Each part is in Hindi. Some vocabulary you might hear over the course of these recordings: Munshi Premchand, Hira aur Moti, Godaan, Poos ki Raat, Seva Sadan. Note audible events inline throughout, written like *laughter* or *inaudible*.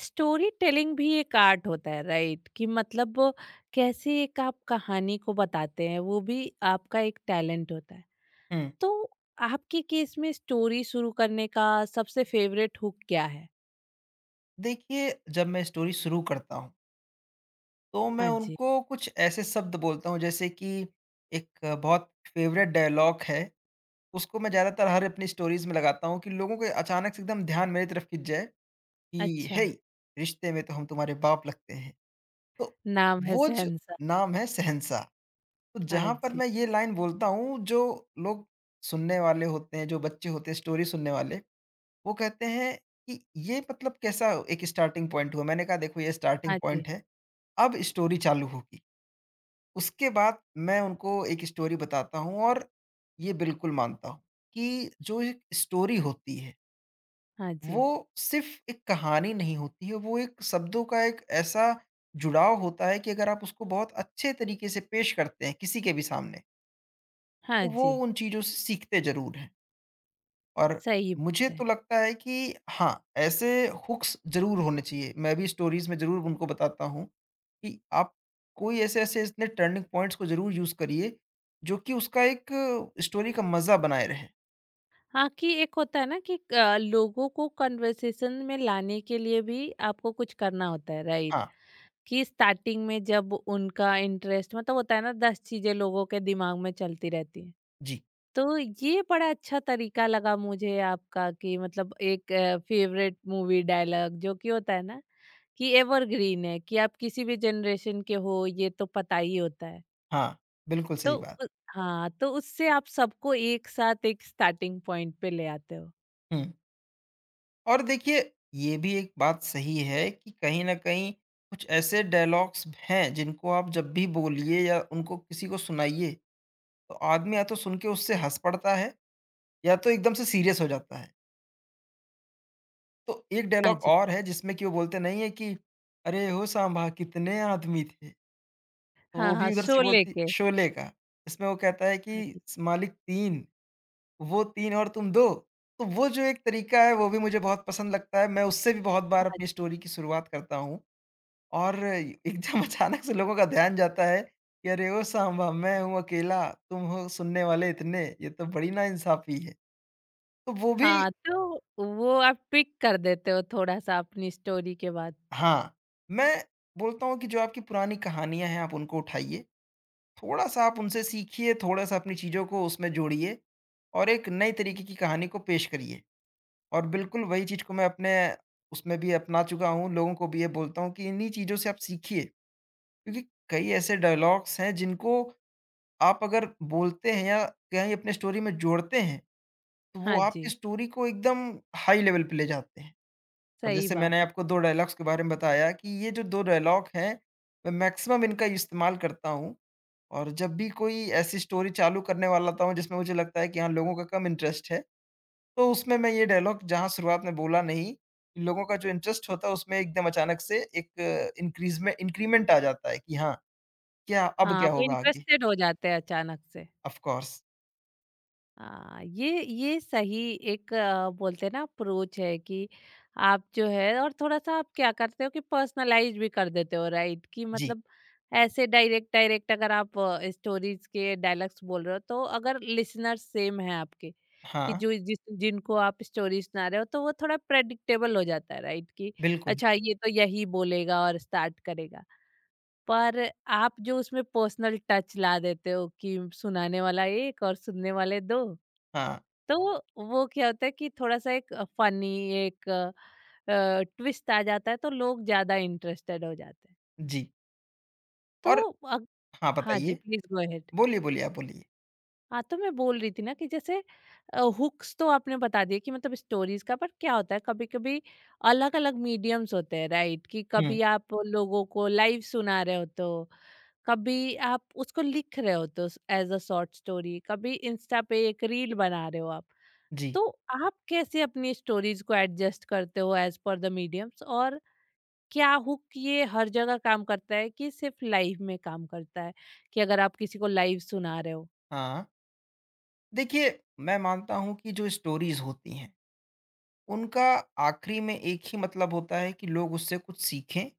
स्टोरी टेलिंग भी एक आर्ट होता है, राइट? कि मतलब वो कैसे एक आप कहानी को बताते हैं, वो भी आपका एक टैलेंट होता है। हुँ। तो आपके केस में स्टोरी शुरू करने का सबसे फेवरेट हुक क्या है? देखिए, जब मैं स्टोरी शुरू करता हूँ, तो मैं हाँ जी। उनको कुछ ऐसे शब्द बोलता हूँ जैसे कि एक बहुत फ़ेवरेट डायलॉग है, उसको मैं ज़्यादातर हर अपनी स्टोरीज़ में लगाता हूँ कि लोगों के अचानक से एकदम ध्यान मेरी तरफ खिंच जाए कि, अच्छा। "हेय! रिश्ते में तो हम तुम्हारे बाप लगते हैं।" तो नाम है वो जो सहनसा। नाम है शहंशाह, तो हाँ जहाँ पर जी। मैं ये लाइन बोलता हूँ, जो लोग सुनने वाले होते हैं, जो बच्चे होते हैं स्टोरी सुनने वाले वो कहते हैं कि ये मतलब कैसा एक स्टार्टिंग पॉइंट हुआ? मैंने कहा देखो ये स्टार्टिंग हाँ जी। पॉइंट है, अब स्टोरी चालू होगी। उसके बाद मैं उनको एक स्टोरी बताता हूँ और ये बिल्कुल मानता हूँ कि जो एक स्टोरी होती है, हाँ जी। वो सिर्फ़ एक कहानी नहीं होती है, वो एक शब्दों का एक ऐसा जुड़ाव होता है कि अगर आप उसको बहुत अच्छे तरीके से पेश करते हैं किसी के भी सामने, हाँ तो वो जी। उन चीज़ों से सीखते ज़रूर हैं। और सही मुझे बात तो है। लगता है कि हाँ, ऐसे हुक्स ज़रूर होने चाहिए। मैं भी स्टोरीज़ में ज़रूर उनको बताता हूँ कि आप कोई ऐसे-ऐसे इतने टर्निंग पॉइंट्स को ज़रूर यूज़ करिए, जो कि उसका एक स्टोरी का मज़ा बनाए रहे। हाँ, कि एक होता है ना कि लोगों को कन्वर्सेशन में लाने के लिए भी आपको कुछ करना होता है, राइट? हाँ, कि स्टार्टिंग में जब उनका इंटरेस्ट मतलब होता है ना, 10 चीजें लोगों के दिमाग में चलती रहती हैं। जी, तो ये बड़ा अच्छा तरीका लगा मुझे आपका, कि मतलब एक फेवरेट मूवी डायलॉग जो कि होता है ना, कि एवरग्रीन है, कि आप किसी भी जनरेशन के हो ये तो पता ही होता है। हाँ, बिल्कुल तो सही बात। उ हाँ, तो उससे आप सबको एक साथ एक स्टार्टिंग पॉइंट पे ले आते हो। हुँ, और देखिए ये भी एक बात सही है कि कहीं न कहीं कुछ ऐसे डायलॉग्स हैं, जिनको आप जब भी बोलिए या उनको किसी को सुनाइए, तो आदमी या तो सुन के उससे हँस पड़ता है या तो एकदम से सीरियस हो जाता है। तो एक हाँ डायलॉग जी। और है जिसमें कि वो बोलते नहीं है कि, "अरे हो सांभा कितने आदमी थे?" तो हाँ, वो हाँ, भी उधर से शोले बोलती के। शोले का। इसमें वो कहता है कि हाँ जी। स "मालिक 3, वो 3 और तुम 2।" तो वो जो एक तरीका है वो भी मुझे बहुत पसंद लगता है। मैं उससे भी बहुत बार हाँ अपनी जी। स्टोरी की शुरुआत करता हूँ और एकदम *laughs* अचानक से लोगों का ध्यान जाता है कि "अरे ओ सांभा मैं हूँ अकेला, तुम हो सुनने वाले इतने, ये तो बड़ी नाइंसाफ़ी है।" तो वो भी हाँ, तो वो आप ट्विक कर देते हो थोड़ा-सा अपनी स्टोरी के बाद। हाँ, मैं बोलता हूँ कि जो आपकी पुरानी कहानियाँ हैं आप उनको उठाइए, थोड़ा-सा आप उनसे सीखिए, थोड़ा-सा अपनी चीज़ों को उसमें जोड़िए और एक नए तरीके की कहानी को पेश करिए। और बिल्कुल वही चीज़ को मैं अपने उसमें भी अपना चुका हूँ, लोगों को भी ये बोलता हूँ कि इन्हीं चीज़ों से आप सीखिए, क्योंकि कई ऐसे डायलॉग्स हैं जिनको आप अगर बोलते हैं या कहीं अपने स्टोरी में जोड़ते हैं, तो वो हाँ आपकी जी, स्टोरी को एकदम हाई लेवल पे ले जाते हैं। और सही जैसे मैंने बात है। आपको 2 डायलॉग्स के बारे में बताया कि ये जो 2 डायलॉग हैं, मैं मैक्सिमम इनका इस्तेमाल करता हूँ और जब भी कोई ऐसी स्टोरी चालू करने वाला होता हूँ जिसमें मुझे लगता है कि हाँ, लोगों का कम इंटरेस्ट है, तो उसमें मैं ये डायलॉग जहाँ शुरुआत में बोला नहीं, लोगों का जो इंटरेस्ट होता है उसमें एकदम अचानक से एक इंक्रीज़ में इंक्रीमेंट आ जाता है कि हाँ, क्या अब हाँ, क्या वो होगा आगे? इंटरेस्टेड हो जाते हैं अचानक से। Of course. हाँ, ये सही, एक बोलते हैं ना अप्रोच है, कि आप जो है और थोड़ा-सा आप क्या करते हो कि पर्सनलाइज़ भी कर देते हो, राइट? कि जी। मतलब ऐसे डायरेक्ट डायरेक्ट अगर आप स्टोरीज़ के डायलॉग्स बोल रहे हो, तो अगर लिसनर्स सेम हैं आपके, कि हाँ, जो जिस जिनको आप स्टोरी सुना रहे हो तो वो थोड़ा प्रेडिक्टेबल हो जाता है, राइट? कि बिल्कुल। अच्छा, ये तो यही बोलेगा और स्टार्ट करेगा। पर आप जो उसमें पर्सनल टच ला देते हो, कि सुनाने वाला एक और सुनने वाले दो, हाँ, तो वो क्या होता है कि थोड़ा सा फनी एक ट्विस्ट आ जाता है, तो लोग ज्यादा इंटरेस्टेड हो जाते हैं। जी। तो और अग... हाँ, हाँ जी, बताइए। Please go ahead. बोलिए, बोलिए, आप बोलिए। हाँ, तो मैं बोल रही थी ना कि जैसे हुक्स तो आपने बता दिए कि मतलब स्टोरीज का। पर क्या होता है, कभी कभी अलग अलग मीडियम्स होते हैं, राइट? कि हुँ, कभी आप लोगों को लाइव सुना रहे हो, तो कभी आप उसको लिख रहे हो, तो एज अ शॉर्ट स्टोरी। कभी इंस्टा पे एक रील बना रहे हो आप। जी। तो आप कैसे अपनी स्टोरीज को एडजस्ट करते हो एज पर द मीडियम्स? और क्या हुक ये हर जगह काम करता है, कि सिर्फ लाइव में काम करता है, कि अगर आप किसी को लाइव सुना रहे हो। हाँ। देखिए, मैं मानता हूँ कि जो स्टोरीज़ होती हैं, उनका आखिरी में एक ही मतलब होता है कि लोग उससे कुछ सीखें,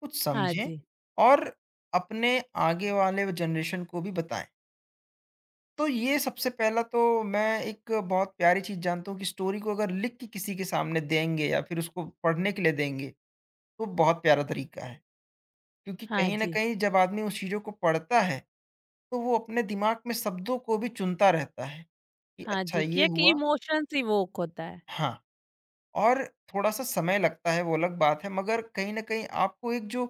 कुछ हाँ समझें जी। और अपने आगे वाले जनरेशन को भी बताएँ। तो ये सबसे पहला तो मैं एक बहुत प्यारी चीज़ जानता हूँ कि स्टोरी को अगर लिख के किसी के सामने देंगे या फिर उसको पढ़ने के लिए देंगे, तो बहुत प्यारा तरीका है। क्योंकि हाँ कहीं न जी। कहीं जब आदमी उस चीज़ों को पढ़ता है, तो वो अपने दिमाग में शब्दों को भी चुनता रहता है, कि हाँ अच्छा जी, कि ये एक हुआ इमोशंस इवोक होता है। हाँ। और थोड़ा-सा समय लगता है वो अलग बात है मगर कहीं न कहीं आपको एक जो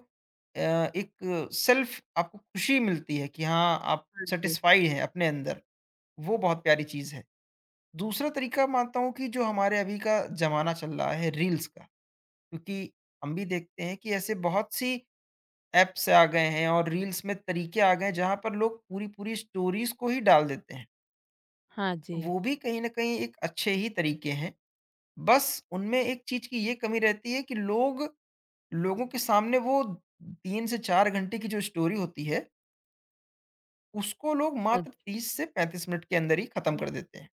एक सेल्फ आपको खुशी मिलती है कि हाँ, आप हाँ जी। सैटिस्फाइड हैं अपने अंदर, वो बहुत प्यारी चीज़ है। दूसरा तरीका मानता हूँ कि जो हमारे अभी का ज़माना चल रहा है रील्स का, क्योंकि हम भी देखते हैं कि ऐसे बहुत सी ऐप्स आ गए हैं और रील्स में तरीके आ गए हैं जहाँ पर लोग पूरी-पूरी स्टोरीज़ को ही डाल देते हैं। हाँ जी। वो भी कहीं न कहीं एक अच्छे ही तरीके हैं, बस उनमें एक चीज़ की ये कमी रहती है कि लोग लोगों के सामने वो 3 से 4 घंटे की जो स्टोरी होती है, उसको लोग हाँ मात्र जी। 30 से 35 मिनट के अंदर ही खत्म कर देते हैं।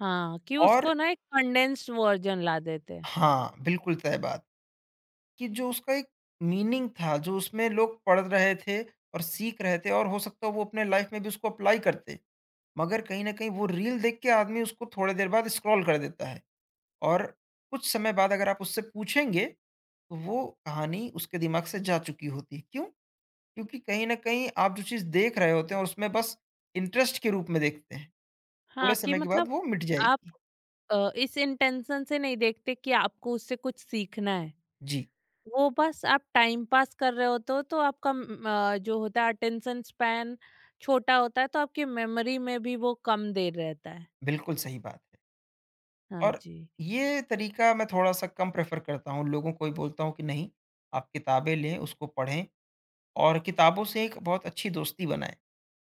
हाँ, कि और उसको ना एक कंडेंस्ड वर्जन ला देते हैं। हाँ, बिल्कुल तय बात कि जो उसका एक मीनिंग था, जो उसमें लोग पढ़ रहे थे और सीख रहे थे और हो सकता है वो अपने लाइफ में भी उसको अप्लाई करते। मगर कहीं न कहीं वो रील देख के आदमी उसको थोड़ी देर बाद स्क्रॉल कर देता है और कुछ समय बाद अगर आप उससे पूछेंगे, तो वो कहानी उसके दिमाग से जा चुकी होती है। क्यों? क्योंकि कहीं न कहीं आप जो चीज़ देख रहे होते हैं और उसमें बस इंटरेस्ट के रूप में देखते हैं। हाँ, थोड़े कि समय के बाद मतलब वो मिट आप जाएगी। इस इंटेंशन से नहीं देखते कि आपको उससे कुछ सीखना है। जी, वो बस आप टाइम पास कर रहे होते हो, तो आपका जो होता है अटेंशन स्पैन छोटा होता है, तो आपकी मेमोरी में भी वो कम देर रहता है। बिल्कुल सही बात है। हाँ और जी। ये तरीका मैं थोड़ा-सा कम प्रेफ़र करता हूँ। लोगों को ही बोलता हूँ कि नहीं, आप किताबें लें, उसको पढ़ें और किताबों से एक बहुत अच्छी दोस्ती बनाएँ।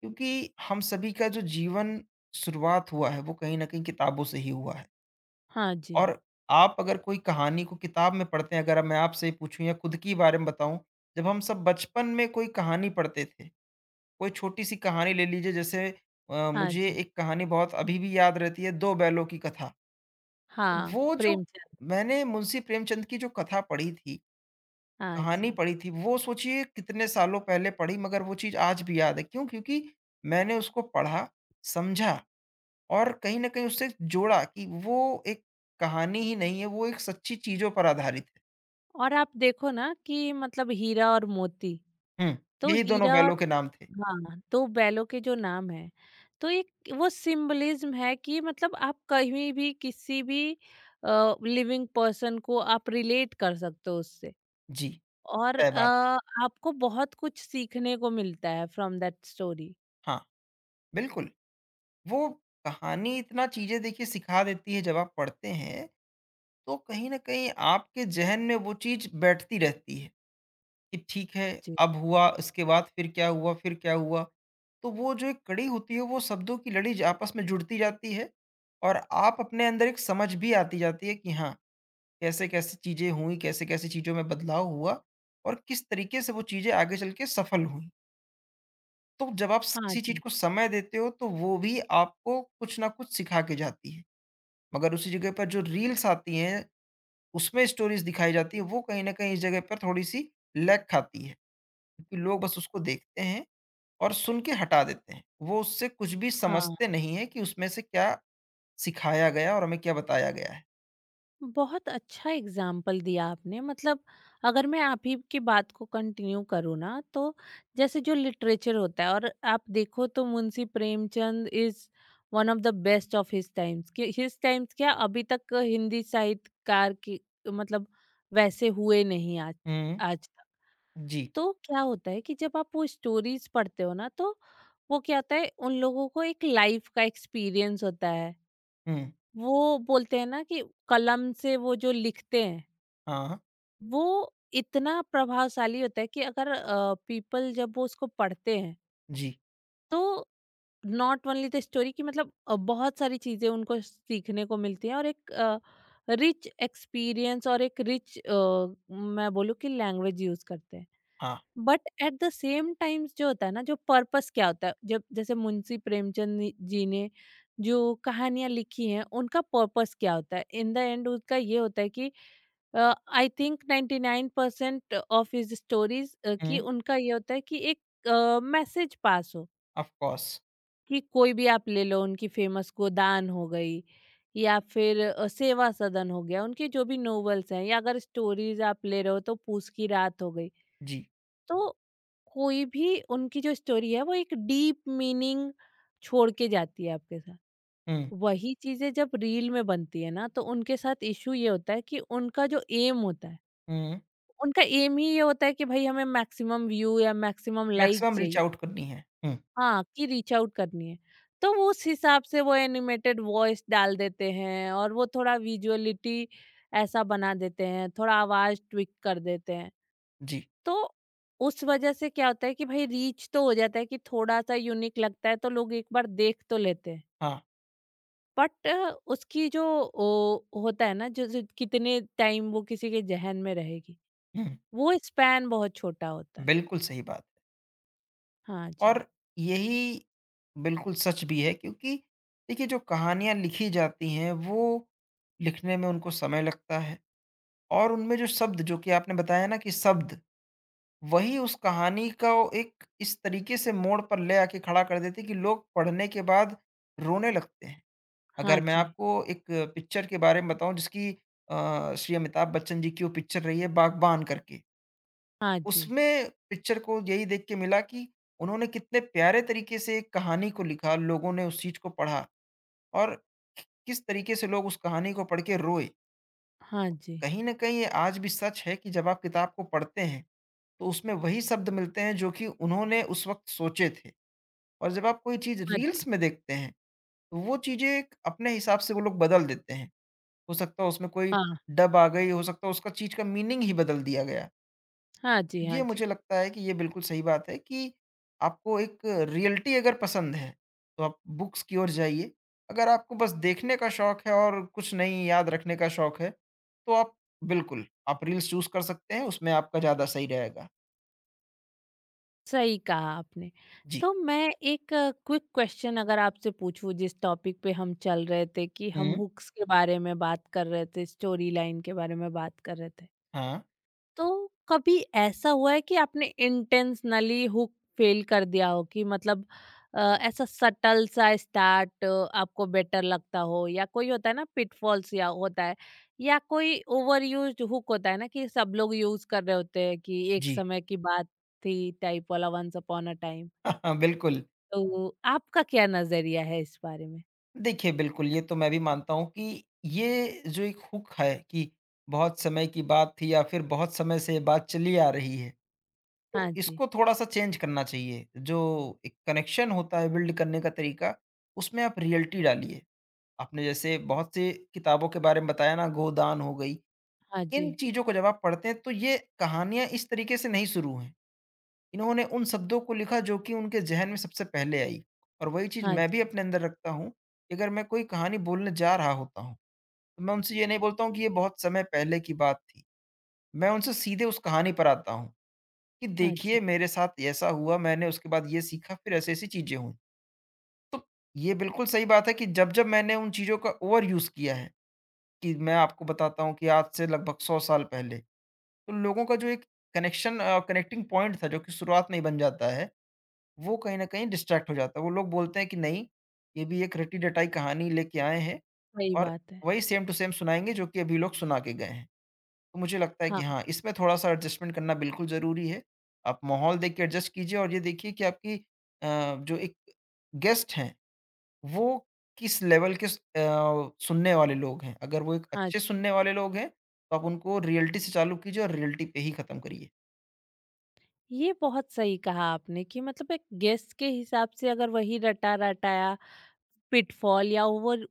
क्योंकि हम सभी का जो जीवन शुरुआत हुआ है, वो कहीं न कहीं किताबों से ही हुआ है। हाँ जी। और आप अगर कोई कहानी को किताब में पढ़ते हैं, अगर अब मैं आपसे पूछूँ या खुद की बारे में बताऊँ, जब हम सब बचपन में कोई कहानी पढ़ते थे, कोई छोटी-सी कहानी ले लीजिए जैसे हाँ मुझे जी। एक कहानी बहुत अभी भी याद रहती है, 2 बैलों की कथा। हाँ, वो जो प्रेमचंद। मैंने मुंशी प्रेमचंद की जो कथा पढ़ी थी, हाँ कहानी जी। पढ़ी थी, वो सोचिए कितने सालों पहले पढ़ी मगर वो चीज़ आज भी याद है। क्यों? क्योंकि मैंने उसको पढ़ा, समझा। और कहीं न कहीं उससे जोड़ा कि वो एक कहानी ही नहीं है, वो एक सच्ची चीज़ों पर आधारित है। और आप देखो ना कि मतलब हीरा और मोती, हुँ, तो यही दोनों हीरा और बैलों के नाम थे। हाँ, तो बैलों के जो नाम है, तो एक वो सिम्बोलिज़्म है कि मतलब आप कहीं भी किसी भी लिविंग पर्सन को आप रिलेट कर सकते हो उससे। जी, और तय बात है। आपको बहुत कुछ सीखने को मिलता है फ्रॉम दैट स्टोरी। हाँ, बिल्कुल। वो कहानी इतना चीज़ें देखिए सिखा देती है जब आप पढ़ते हैं, तो कहीं न कहीं आपके ज़हन में वो चीज़ बैठती रहती है कि ठीक है, जी। अब हुआ, इसके बाद फिर क्या हुआ, फिर क्या हुआ? तो वो जो एक कड़ी होती है, वो शब्दों की लड़ी ज आपस में जुड़ती जाती है और आप अपने अंदर एक समझ भी आती जाती है कि हाँ, कैसे-कैसे चीज़ें हुई, कैसे-कैसे चीज़ों में बदलाव हुआ और किस तरीके से वो चीज़ें आगे चल के सफल हुईं। तो जब आप स हाँ किसी चीज़ जी, को समय देते हो तो वो भी आपको कुछ न कुछ सिखा के जाती है। मगर उसी जगह पर जो रील्स आती हैं, उसमें स्टोरीज़ दिखाई जाती है, वो कहीं न कहीं इस जगह पर थोड़ी-सी लैग खाती है, क्योंकि लोग बस उसको देखते हैं और सुन के हटा देते हैं। वो उससे कुछ भी समझते हाँ। नहीं हैं कि उसमें से क्या सिखाया गया और हमें क्या बताया गया है। बहुत अच्छा एग्जाम्पल दिया आपने। मतलब, अगर मैं आप ही की बात को कंटिन्यू करूँ ना, तो जैसे जो लिटरेचर होता है, और आप देखो तो Munshi Premchand is one of the best of his times. कि हिज टाइम्स क्या, अभी तक हिंदी साहित्यकार की मतलब वैसे हुए नहीं आज हुँ, आज तक। जी। तो क्या होता है कि जब आप वो स्टोरीज पढ़ते हो ना, तो वो क्या होता है, उन लोगों को एक लाइफ का एक्सपीरियंस होता है। हुँ, वो बोलते हैं ना कि कलम से वो जो लिखते हैं, हाँ, हाँ। वो इतना प्रभावशाली होता है कि अगर पीपल, जब वो उसको पढ़ते हैं, जी, तो नॉट ओनली द स्टोरी की मतलब बहुत सारी चीजें उनको सीखने को मिलती हैं, और एक रिच एक्सपीरियंस, और एक रिच, मैं बोलूँ कि, लैंग्वेज यूज करते हैं। हाँ। But at the same times, जो होता है ना, जो पर्पस क्या होता है, जब जैसे मुंशी प्रेमचंद जी ने जो कहानियां लिखी हैं, उनका पर्पस क्या होता है इन द एंड, उनका ये होता है कि I think 99% of his stories, कि हुँ। उनका ये होता है कि एक मैसेज पास हो, ऑफ कोर्स, कि कोई भी आप ले लो, उनकी फेमस गोदान हो गई, या फिर सेवा सदन हो गया, उनके जो भी नॉवेल्स हैं, या अगर स्टोरीज आप ले रहे हो तो पूस की रात हो गई। जी। तो कोई भी उनकी जो स्टोरी है, वो एक डीप मीनिंग छोड़ के जाती है आपके साथ। हुँ, वही चीजें जब रील में बनती है ना, तो उनके साथ इशू ये होता है कि उनका जो एम होता है, हुँ। उनका एम ही ये होता है कि भई हमें मैक्सिमम व्यू या मैक्सिमम लाइक मैक्सिमम रीच चाहिए। आउट करनी है। हुँ, हाँ, कि रीच आउट करनी है। तो वो उस हिसाब से वो एनिमेटेड वॉइस डाल देते हैं और वो थोड़ा विजुअलिटी ऐसा बना देते हैं, थोड़ा आवाज़ ट्विक कर देते हैं। जी, तो उस वजह से क्या होता है कि भई रीच तो हो जाता है, कि थोड़ा-सा यूनिक लगता है तो लोग एक बार देख तो लेते हैं। हाँ, बट उसकी जो ओ होता है ना, जो जो कितने टाइम वो किसी के ज़हन में रहेगी, हुँ। वो स्पैन बहुत छोटा होता है। बिल्कुल सही बात है हाँ जी। और यही बिल्कुल सच भी है क्योंकि देखिए जो कहानियाँ लिखी जाती हैं वो लिखने में उनको समय लगता है और उनमें जो शब्द जो कि आपने बताया ना कि शब्द, वही उस कहानी को एक इस तरीके से मोड़ पर ले आके खड़ा कर देते हैं कि लोग पढ़ने के बाद रोने लगते हैं। हाँ अगर मैं जी, आपको एक पिक्चर के बारे में बताऊँ जिसकी श्री अमिताभ बच्चन जी की वो पिक्चर रही है बागबान करके। हाँ जी, उसमें पिक्चर को यही देख के मिला कि उन्होंने कितने प्यारे तरीके से एक कहानी को लिखा, लोगों ने उस चीज़ को पढ़ा और किस तरीके से लोग उस कहानी को पढ़ के रोए। हाँ जी, कहीं न कहीं ये आज भी सच है कि जब आप किताब को पढ़ते हैं, तो उसमें वही शब्द मिलते हैं जो कि उन्होंने उस वक़्त सोचे थे और जब आप कोई चीज़ हाँ जी, रील्स में देखते हैं, तो वो चीज़ें एक अपने हिसाब से वो लोग बदल देते हैं। हो सकता है उसमें कोई हाँ, डब आ गई, हो सकता है उसका चीज़ का मीनिंग ही बदल दिया गया। हाँ जी, तो हाँ ये जी। मुझे लगता है कि ये बिल्कुल सही बात है कि आपको एक रियलिटी अगर पसंद है, तो आप बुक्स की ओर जाइए। अगर आपको बस देखने का शौक है और कुछ नहीं याद रखने का शौक है, तो आप बिल्कुल, आप रील्स चूज़ कर सकते हैं, उसमें आपका ज़्यादा सही रहेगा। सही कहा आपने। जी। तो मैं एक क्विक क्वेश्चन अगर आपसे पूछूँ, जिस टॉपिक पे हम चल रहे थे, कि हम हुँ। हुक्स के बारे में बात कर रहे थे, स्टोरी लाइन के बारे में बात कर रहे थे। हाँ। तो कभी ऐसा हुआ है कि आपने इंटेंशनली हुक फेल कर दिया हो, कि मतलब ऐसा सटल सा स्टार्ट आपको बेटर लगता हो? या कोई होता है ना पिटफॉल्स या होता है, या कोई ओवर यूज्ड हुक होता है ना कि सब लोग यूज कर रहे होते हैं, कि एक जी। समय की बात थी टाइप वाला, वंस अपॉन अ टाइम? *laughs* बिल्कुल। तो आपका क्या नजरिया है इस बारे में? देखिए, बिल्कुल, ये तो मैं भी मानता हूँ कि ये जो एक हुक है कि बहुत समय की बात थी या फिर बहुत समय से ये बात चली आ रही है, तो हाँ जी। इसको थोड़ा-सा चेंज करना चाहिए। जो एक कनेक्शन होता है बिल्ड करने का तरीका, उसमें आप रियलिटी डालिए। आपने जैसे बहुत सी किताबों के बारे में बताया ना, गोदान हो गई, हाँ जी। इन चीज़ों को जब आप पढ़ते हैं, तो ये कहानियाँ इस तरीके से नहीं शुरू हैं। इन्होंने उन शब्दों को लिखा जो कि उनके ज़हन में सबसे पहले आई और वही चीज़ हाँ जी। मैं भी अपने अंदर रखता हूँ कि अगर मैं कोई कहानी बोलने जा रहा होता हूँ, तो मैं उनसे ये नहीं बोलता हूँ कि ये बहुत समय पहले की बात थी। मैं उनसे सीधे उस कहानी पर आता हूँ कि हाँ देखिए जी। मेरे साथ ऐसा हुआ, मैंने उसके बाद ये सीखा, फिर ऐसी-ऐसी चीज़ें हुईं। तो ये बिल्कुल सही बात है कि जब-जब मैंने उन चीज़ों का ओवर यूज़ किया है, कि मैं आपको बताता हूँ कि आज से लगभग 100 साल पहले, तो लोगों का जो एक कनेक्शन कनेक्टिंग पॉइंट था जो कि शुरुआत में ही बन जाता है, वो कहीं न कहीं डिस्ट्रैक्ट हो जाता है। वो लोग बोलते हैं कि नहीं, ये भी एक रटी-डटाई कहानी लेके आए हैं सही और बात है। वही सेम टू सेम सुनाएँगे जो कि अभी लोग सुना के गए हैं। तो मुझे लगता है कि हाँ। हाँ, इसमें थोड़ा-सा एडजस्टमेंट करना बिल्कुल ज़रूरी है। आप माहौल देख के एडजस्ट कीजिए और ये देखिए कि आपकी अ, जो एक गेस्ट हैं, वो किस लेवल के सुनने वाले लोग हैं। अगर वो एक हाँ अच्छे जी। सुनने वाले लोग हैं, तो आप उनको रियलिटी से चालू कीजिए और रियलिटी पे ही खत्म करिए। ये बहुत सही कहा आपने कि मतलब एक गेस्ट के हिसाब से अगर वही रटा रटाया पिटफॉल या ओवर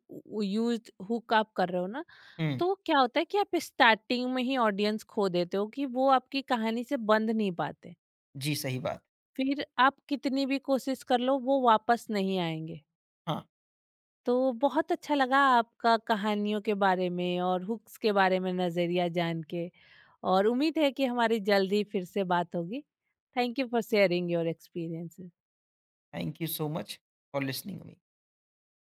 यूज हुक आप कर रहे हो ना, हुँ। तो क्या होता है कि आप स्टार्टिंग में ही ऑडियंस खो देते हो, कि वो आपकी कहानी से बंध नहीं पाते। जी, सही बात। फिर आप कितनी भी कोशिश कर लो, वो वापस नहीं आएंगे। हाँ, तो बहुत अच्छा लगा आपका, कहानियों के बारे में और हुक्स के बारे में नज़रिया जान के। और उम्मीद है कि हमारी जल्दी फिर से बात होगी। Thank you for sharing your experiences. Thank you so much for listening me.